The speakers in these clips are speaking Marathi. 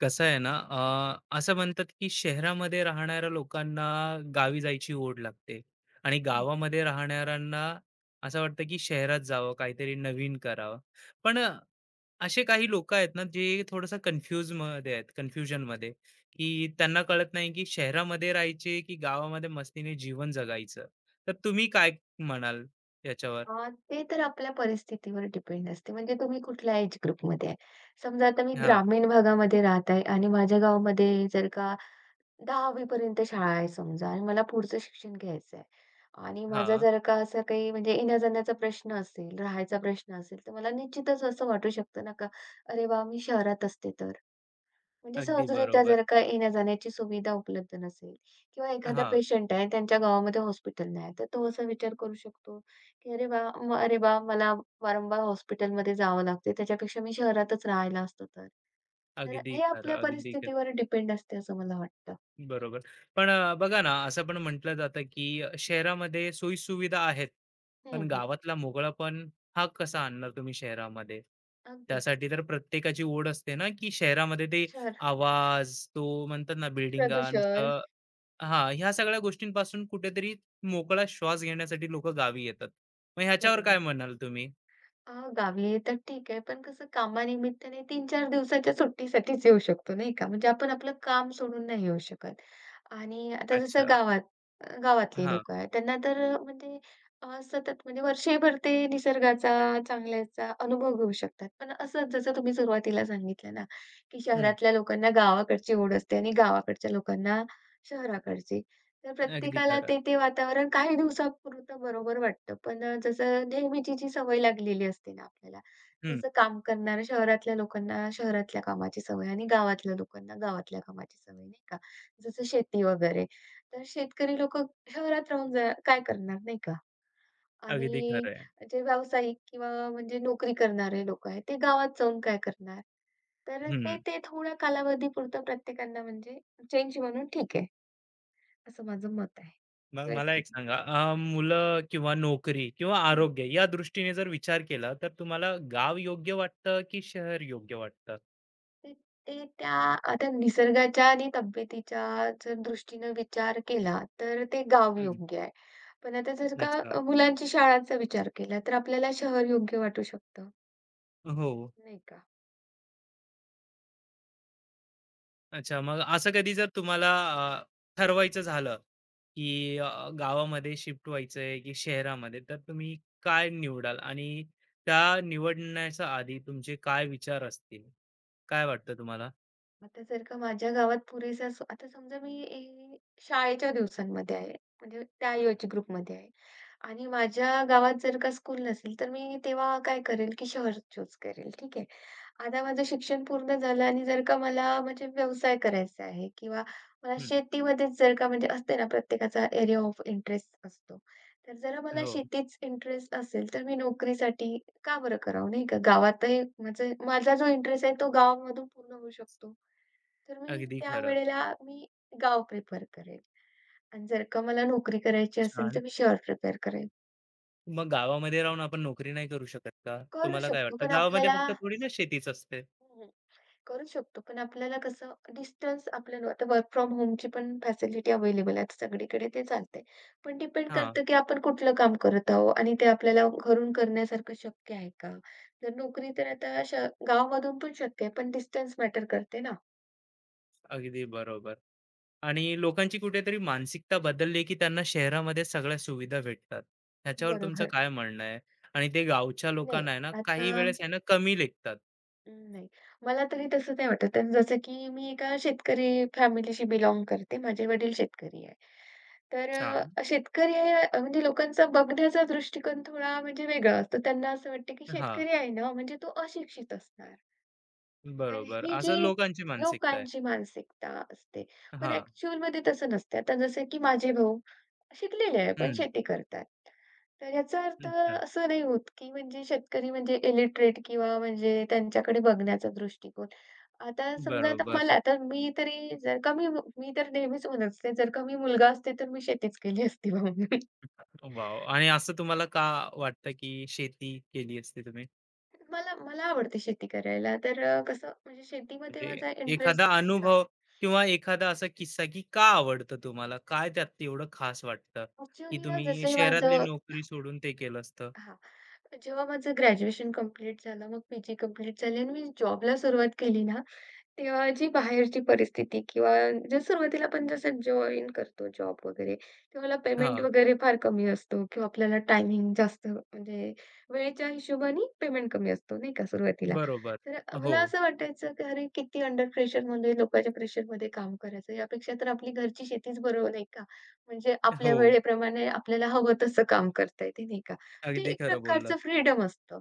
कसं आहे ना असं म्हणतात की शहरामध्ये राहणाऱ्या लोकांना गावी जायची ओढ लागते आणि गावामध्ये राहणाऱ्यांना असं वाटतं की शहरात जावं, काहीतरी नवीन करावं. पण असे काही लोक आहेत ना, जे थोडंसं कन्फ्यूज मध्ये आहेत, कन्फ्युजन मध्ये, की त्यांना कळत नाही की शहरामध्ये राहायचे की गावामध्ये मस्तीने जीवन जगायचं. तर तुम्ही काय म्हणाल याच्यावर? ते तर आपल्या परिस्थितीवर डिपेंड असते. म्हणजे तुम्ही कुठल्या एज ग्रुपमध्ये आहे. समजा आता मी हा. ग्रामीण भागामध्ये राहत आहे आणि माझ्या गावामध्ये जर का 10वी पर्यंत शाळा आहे समजा आणि मला पुढचं शिक्षण घ्यायचं आहे. आणि हा. माझा जर का असा काही म्हणजे येण्या प्रश्न असेल, राहायचा प्रश्न असेल, तर मला निश्चितच असं वाटू शकतं ना, का "अरे वाह! मी शहरात असते तर." म्हणजे अगदी सहजरित्या बरोबर. जर का येण्या-जाण्याची सुविधा उपलब्ध नसेल किंवा एखादा हा. पेशंट आहे, त्यांच्या गावामध्ये हॉस्पिटल नाही आहे. तर तो असा विचार करू शकतो, की "अरे वाह! अरे वाह! मला वारंवार हॉस्पिटलमध्ये जावं लागते. त्याच्यापेक्षा मी शहरातच राहिला असतो तर." तर अगदी हे खरं. आपल्या अगदी परिस्थितीवर डिपेंड असते असं मला वाटतं. बरोबर. पण बघा ना, असं पण म्हटलं जातं, की शहरामध्ये सोयी आहेत, हं, पण हं. गावातला मोकळापण हा कसा आणणार तुम्ही शहरामध्ये? अगदी. त्यासाठी तर प्रत्येकाची ओढ असते ना, की शहरामध्ये ते शहर आवाज, तो म्हणतात ना बिल्डिंगा, प्रदूषण. नुसतं. हां, ह्या सगळ्या गोष्टींपासून कुठेतरी मोकळा श्वास घेण्यासाठी लोकं गावी येतात. मग ह्याच्यावर बरोबर. काय म्हणाल तुम्ही? अ, गावी आहे तर ठीक आहे. पण कसं कामानिमित्ताने 3-4 दिवसाच्या सुट्टीसाठीच येऊ शकतो, नाही का? म्हणजे आपण आपलं काम सोडून नाही येऊ शकत. आणि आता जसं अच्छा. गावात गावातली हां. लोकं आहेत, त्यांना तर सतत म्हणजे वर्षभर ते निसर्गाचा, चांगल्याचा अनुभव घेऊ शकतात. पण असं जसं तुम्ही सुरुवातीला सांगितलं ना, की हं. शहरातल्या लोकांना गावाकडची ओढ असते आणि गावाकडच्या लोकांना शहराकडची. तर अगदी प्रत्येकाला खरं. ते, ते वातावरण काही दिवसापुरतं बरोबर वाटतं. पण जसं नेहमीची जी सवय लागलेली असते ना आपल्याला, हं. जसं काम करणाऱ्या शहरातल्या लोकांना शहरातल्या कामाची सवय आणि गावातल्या लोकांना गावातल्या कामाची सवय, नाही का? जसं शेती वगैरे. तर शेतकरी लोकं शहरात राहून जा काय करणार, नाही का? अगदी आणि खरं आहे. जे व्यावसायिक किंवा म्हणजे नोकरी करणारे लोकं आहेत, ते गावात जाऊन काय करणार? तर ते, हं. ते थोड्या कालावधीपुरतं प्रत्येकांना म्हणजे चेंज म्हणून ठीक आहे, असं माझं मत आहे. मग मला वैयक्तिक. एक सांगा मुलं किंवा नोकरी किंवा आरोग्य या दृष्टीने जर विचार केला, तर तुम्हाला गाव योग्य वाटतं की शहर योग्य वाटतं? ते ते त्या त्या निसर्गाच्या आणि तब्येतीच्या जर दृष्टीनं विचार केला, तर ते गाव हम्म. योग्य आहे. पण आता जर का अच्छा. मुलांची शाळांचा विचार केला, तर आपल्याला शहर योग्य वाटू शकतं, हो. नाही का? अच्छा. मग असं कधी जर तुम्हाला अ, ठरवायचं झालं की गावामध्ये शिफ्ट व्हायचंय की शहरामध्ये, तर तुम्ही काय निवडाल आणि त्या निवडण्याच्या आधी तुमचे काय विचार असतील, काय वाटतं तुम्हाला? आता जर का माझ्या गावात पुरेसा आता समजा मी शाळेच्या दिवसांमध्ये आहे, म्हणजे हम्म. त्याऐवजी ग्रुपमध्ये आहे आणि माझ्या गावात जर का स्कूल नसेल, तर मी तेव्हा काय करेल, की शहर चूज करेल, ठीक आहे. आता माझं शिक्षण पूर्ण झालं आणि जर का मला म्हणजे व्यवसाय करायचा आहे किंवा मला हम्म. शेतीमध्येच जर का म्हणजे असते ना प्रत्येकाचा एरिया ऑफ इंटरेस्ट असतो. तर जरा मला हो. शेतीच इंटरेस्ट असेल, तर मी नोकरीसाठी का बरं करावं, नाही का? गावातही म्हणजे माझा जो इंटरेस्ट आहे, तो गावामधून पूर्ण होऊ शकतो. तर मी अगदी खरं. त्यावेळेला मी गाव प्रिफर करेल आणि जर का मला नोकरी करायची असेल, छान. तर मी शहर प्रिफर करेल. मग गावामध्ये राहून आपण नोकरी नाही करू शकत का? करू तुम्हाला काय शकतो, वाटतं? पण गावामध्ये आपल्याला फक्त थोडी ना शेतीच असते. हं, हं. करू शकतो, पण आपल्याला कसं डिस्टन्स आपल्याला आता वर्क फ्रॉम होमची पण फॅसिलिटी अवेलेबल आहे आता सगळीकडे ते चालतंय. पण डिपेंड हां, करतं, की आपण कुठलं काम करत आहोत आणि ते आपल्याला घरून करण्यासारखं शक्य आहे का? जर नोकरी तर आता गावामधून पण शक्य आहे, पण डिस्टन्स मॅटर करते ना. अगदी बरोबर. आणि लोकांची कुठेतरी मानसिकता बदलली, की त्यांना शहरामध्ये सगळ्या सुविधा भेटतात. ह्याच्यावर तुमचं बरोबर. काय म्हणणं आहे? आणि ते गावच्या नाही, लोकांना आहे ना, काही आता वेळेस आहे ना, कमी लेखतात. नाही. मला तरी तसं नाही वाटत आणि जसं की मी एका शेतकरी फॅमिलीशी बिलॉंग करते. माझे वडील शेतकरी आहे. तर छान. शेतकरी आहे म्हणजे लोकांचा बघण्याचा दृष्टिकोन थोडा म्हणजे वेगळा असतो. त्यांना असं वाटतं की हां, शेतकरी आहे ना म्हणजे तो अशिक्षित असणार. तर बरोबर. ही जी असं लोकांची मानसिकता आहे. लोकांची मानसिकता असते. पण हां. ॲक्चुअलमध्ये तसं नसतं. आता जसं की माझे भाऊ शिकलेले आहे, पण हं. शेती करतात. तर याचा अर्थ अच्छा. असं नाही होत, की म्हणजे शेतकरी म्हणजे इलिटरेट किंवा म्हणजे त्यांच्याकडे बघण्याचा दृष्टिकोन. आता समजा आता बरोबर. मला तर मी तरी जर का मी मी तर नेहमीच म्हणत असते, जर का मी मुलगा असते, तर मी शेतीच केली असती भाऊंनी. वॉव! आणि असं तुम्हाला का वाटतं, की शेती केली असती तुम्ही? मला मला आवडते शेती करायला. तर कसं म्हणजे शेतीमध्ये म्हणजे माझा एखादा इंटरेस्ट होता. अनुभव किंवा एखादा असा किस्सा, की का आवडतं तुम्हाला? काय त्यात एवढं खास वाटतं, की ॲक्चुअली ना, तुम्ही जसंही शहरातली माझं नोकरी सोडून ते केलं असतं? हां. जेव्हा माझं ग्रॅज्युएशन कंप्लीट झालं, मग पीजी कंप्लीट झाली आणि मी जॉबला सुरुवात केली ना, तेव्हा जी बाहेरची परिस्थिती किंवा जे सुरुवातीला आपण जसं जॉइन करतो जॉब वगैरे, तेव्हाला पेमेंट हां. वगैरे फार कमी असतो किंवा आपल्याला टायमिंग जास्त म्हणजे वेळेच्या हिशोबाने पेमेंट कमी असतो नाही का सुरुवातीला. बरोबर. तर हो, मला असं वाटायचं की अरे किती अंडर प्रेशरमध्ये, लोकांच्या प्रेशरमध्ये काम करायचं. यापेक्षा तर आपली घरची शेतीच बरोबर नाही का? म्हणजे आपल्या हो. वेळेप्रमाणे आपल्याला हवं तसं काम करता येते नाही का? म्हणजे अगदी एक खरं बोललात. प्रकारचं फ्रीडम असतं,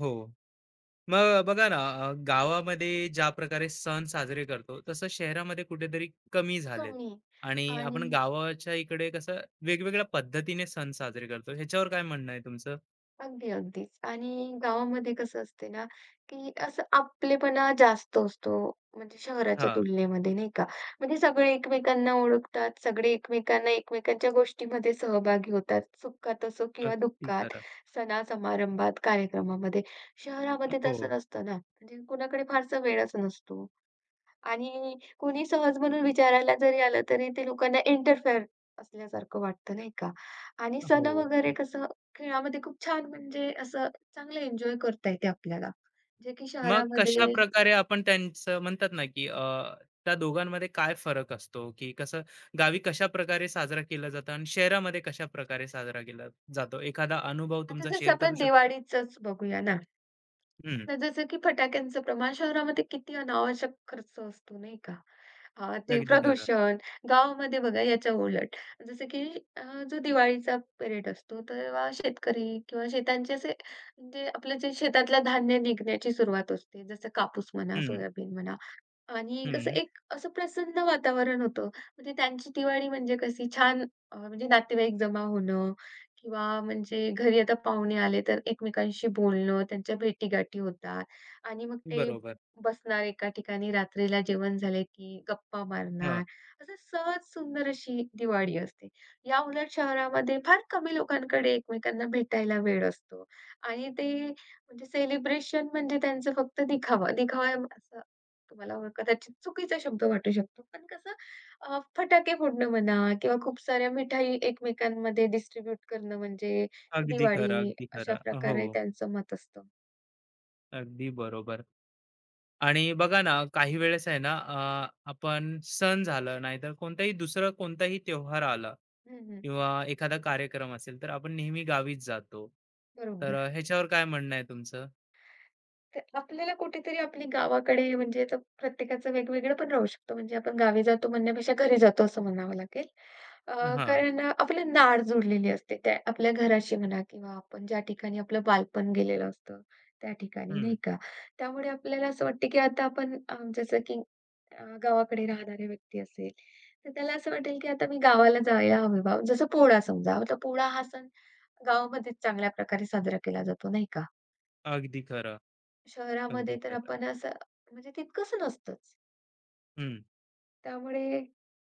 हो. मग बघा ना, गावामध्ये ज्या प्रकारे सण साजरे करतो, तसं शहरामध्ये कुठेतरी कमी झालेत कमी आणि आणि आपण गावाच्या इकडे कसं वेगवेगळ्या पद्धतीने सण साजरे करतो. ह्याच्यावर काय म्हणणं आहे तुमचं? अगदी, अगदीच. आणि गावामध्ये कसं असते ना, की असं आपलेपणा जास्त असतो, म्हणजे शहराच्या हां, तुलनेमध्ये नाही का? म्हणजे सगळे एकमेकांना ओळखतात, सगळे एकमेकांना एकमेकांच्या गोष्टीमध्ये सहभागी होतात, सुखात असो किंवा अगदी दुःखात, खरं. सणा-समारंभात, कार्यक्रमामध्ये. शहरामध्ये तसं हो, नसतं ना, म्हणजे कुणाकडे फारसा वेळच नसतो. आणि कुणी सहज म्हणून विचारायला जरी आलं, तरी ते लोकांना इंटरफेअर असल्यासारखं वाटतं, नाही का? आणि सण हो. वगैरे कसं खेळामध्ये खूप छान म्हणजे असं चांगलं एन्जॉय करता येते आपल्याला. जे की मग शहरामध्ये कशाप्रकारे आपण त्यांचं म्हणतात ना, की त्या दोघांमध्ये काय फरक असतो, की कसं गावी कशाप्रकारे साजरा केला जातो आणि शहरामध्ये कशाप्रकारे साजरा केला जातो? एखादा अनुभव आता तुमचा जसं शेअर करू आपण शकता? दिवाळीचंच बघूया ना. हं, तर जसं की फटाक्यांचं प्रमाण शहरामध्ये किती अनावश्यक खर्च असतो नाही का? ते अगदी खरं. प्रदूषण. गावामध्ये बघा याच्या उलट जसं की अ, जो दिवाळीचा पिरियड असतो तेव्हा शेतकरी किंवा शेतांचे असे म्हणजे आपलं जे शेतातलं धान्य निघण्याची सुरुवात असते जसं कापूस म्हणा, हं, सोयाबीन म्हणा. आणि कसं हं. एक असं प्रसन्न वातावरण होतं. म्हणजे त्यांची दिवाळी म्हणजे कशी छान म्हणजे नातेवाईक जमा होणं किंवा म्हणजे घरी आता पाहुणे आले तर एकमेकांशी बोलणं, त्यांच्या भेटीगाठी होतात आणि मग ते बरोबर. बसणार एका ठिकाणी रात्रीला जेवण झालं की गप्पा हां, मारणार. असं सहज सुंदर अशी दिवाळी असते. या उलट शहरामध्ये फार कमी लोकांकडे एकमेकांना भेटायला वेळ असतो आणि ते म्हणजे सेलिब्रेशन म्हणजे त्यांचं फक्त दिखावा, दिखावा तुम्हाला कदाचित चुकीचा शब्द वाटू शकतो. पण कसं फटाके फोडणं म्हणा किंवा खूप साऱ्या मिठाई एकमेकांमध्ये डिस्ट्रिब्यूट करणं म्हणजे अगदी खरं, दिवाळी, अगदी अशा खरं. हो, प्रकारे त्यांचं मत असतं. अगदी बरोबर. आणि बघा ना, काही वेळेस आहे ना, आपण सण झालं नाहीतर कोणताही दुसरं कोणताही त्योहार आला हं, हं. किंवा एखादा कार्यक्रम असेल, तर आपण नेहमी गावीच जातो. तर बरोबर. ह्याच्यावर काय म्हणणं आहे तुमचं? तर आपल्याला कुठेतरी आपली गावाकडे म्हणजे आता प्रत्येकाचं वेगवेगळं पण राहू शकतं. म्हणजे आपण गावी जातो म्हणण्यापेक्षा घरी जातो असं म्हणावं लागेल. हां. कारण आपली नाळ जुडलेली असते त्या आपल्या घराशी म्हणा किंवा आपण ज्या ठिकाणी आपलं बालपण गेलेलं असतं त्या ठिकाणी, हं. नाही का? त्यामुळे आपल्याला असं वाटतं की आता आपण जसं की गावाकडे राहणारी व्यक्ती असेल, तर त्याला असं वाटेल की आता मी गावाला जायला हवी बा. जसं पोळा समजा, आता पोळा हा सण गावामध्येच चांगल्या प्रकारे साजरा केला जातो, नाही का? अगदी खरं, शहरामध्ये अगदी तर खरं. आपण असं म्हणजे तितकंसं नसतंच. हं. त्यामुळे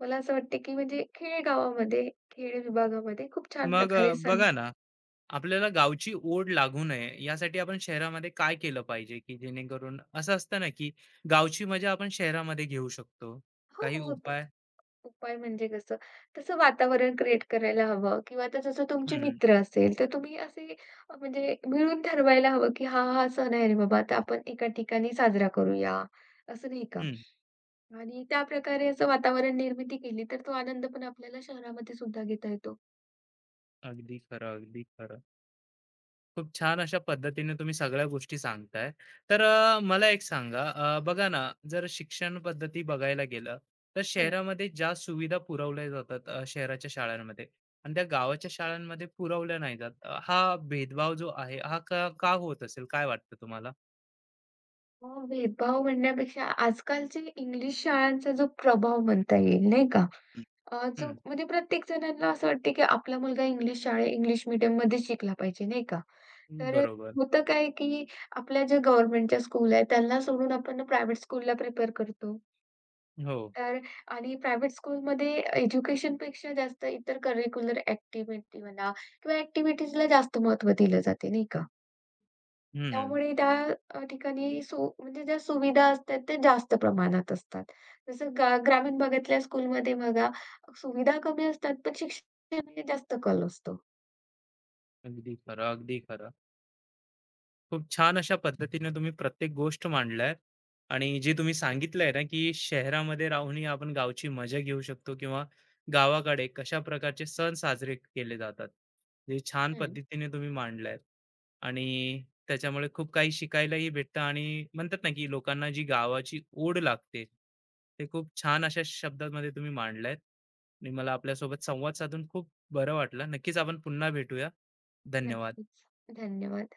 मला असं वाटतं, की म्हणजे खेडेगावामध्ये, खेडे विभागामध्ये खूप छान मग प्रकारे सण बघा ना, आपल्याला गावची ओढ लागू नये यासाठी आपण शहरामध्ये काय केलं पाहिजे, की जेणेकरून असं असतं ना, की गावची मजा आपण शहरामध्ये घेऊ शकतो. हो, काही हो, होतो. उपाय? उपाय म्हणजे कसं, तसं वातावरण क्रिएट करायला हवं किंवा आता जसं तुमचे हं, मित्र असेल, तर तुम्ही असे म्हणजे मिळून ठरवायला हवं, की हा, हा सण आहे रे बाबा, आता आपण एका ठिकाणी साजरा करूया, असं नाही का? हं. आणि त्याप्रकारे असं वातावरण निर्मिती केली, तर तो आनंद पण आपल्याला शहरामध्ये सुद्धा घेता येतो. अगदी खरं, अगदी खरं. खूप छान अशा पद्धतीने तुम्ही सगळ्या गोष्टी सांगताय. तर मला एक सांगा, बघा ना, जर शिक्षण पद्धती बघायला गेलं, तर शहरामध्ये ज्या सुविधा पुरवल्या जातात शहराच्या शाळांमध्ये आणि त्या गावाच्या शाळांमध्ये पुरवल्या नाही जात. हा भेदभाव जो आहे, हा का का होत असेल? काय वाटतं तुम्हाला? भेदभाव म्हणण्यापेक्षा आजकालचे इंग्लिश शाळांचा जो प्रभाव म्हणता येईल नाही का? हं. जो म्हणजे प्रत्येक जणांना असं वाटते, की आपला मुलगा इंग्लिश मीडियम मीडियममध्ये शिकला पाहिजे नाही का? तर बरोबर. होतं काय, की आपल्या ज्या गव्हर्नमेंटच्या स्कूल आहेत त्यांना सोडून आपण प्रायव्हेट स्कूलला प्रिफर करतो. हो. तर आणि प्रायव्हेट स्कूलमध्ये एज्युकेशनपेक्षा जास्त इतर करिक्युलर ॲक्टिव्हिटी म्हणा किंवा ॲक्टिव्हिटीजला जास्त महत्त्व दिलं जाते नाही का? हं. त्यामुळे त्या ठिकाणी म्हणजे ज्या सुविधा असतात त्या जास्त प्रमाणात असतात. जसं ग्रामीण भागातल्या स्कूलमध्ये बघा सुविधा कमी असतात, पण शिक्षणाकडे जास्त कल असतो. अगदी खरं, अगदी खरं. खूप छान अशा पद्धतीने तुम्ही प्रत्येक गोष्ट मांडलाय आणि जे तुम्ही सांगितलंय ना, की शहरामध्ये राहूनही आपण गावची मजा घेऊ शकतो किंवा गावाकडे कशा प्रकारचे सण साजरे केले जातात, जे छान हं. पद्धतीने तुम्ही मांडलाय आणि त्याच्यामुळे खूप काही शिकायलाही भेटतं आणि म्हणतात ना, की लोकांना जी गावाची ओढ लागते, ते खूप छान अशा शब्दांमध्ये तुम्ही मांडलायत आणि मला आपल्यासोबत संवाद साधून खूप बरं वाटलं. नक्कीच आपण पुन्हा भेटूया. धन्यवाद. नक्कीच. धन्यवाद.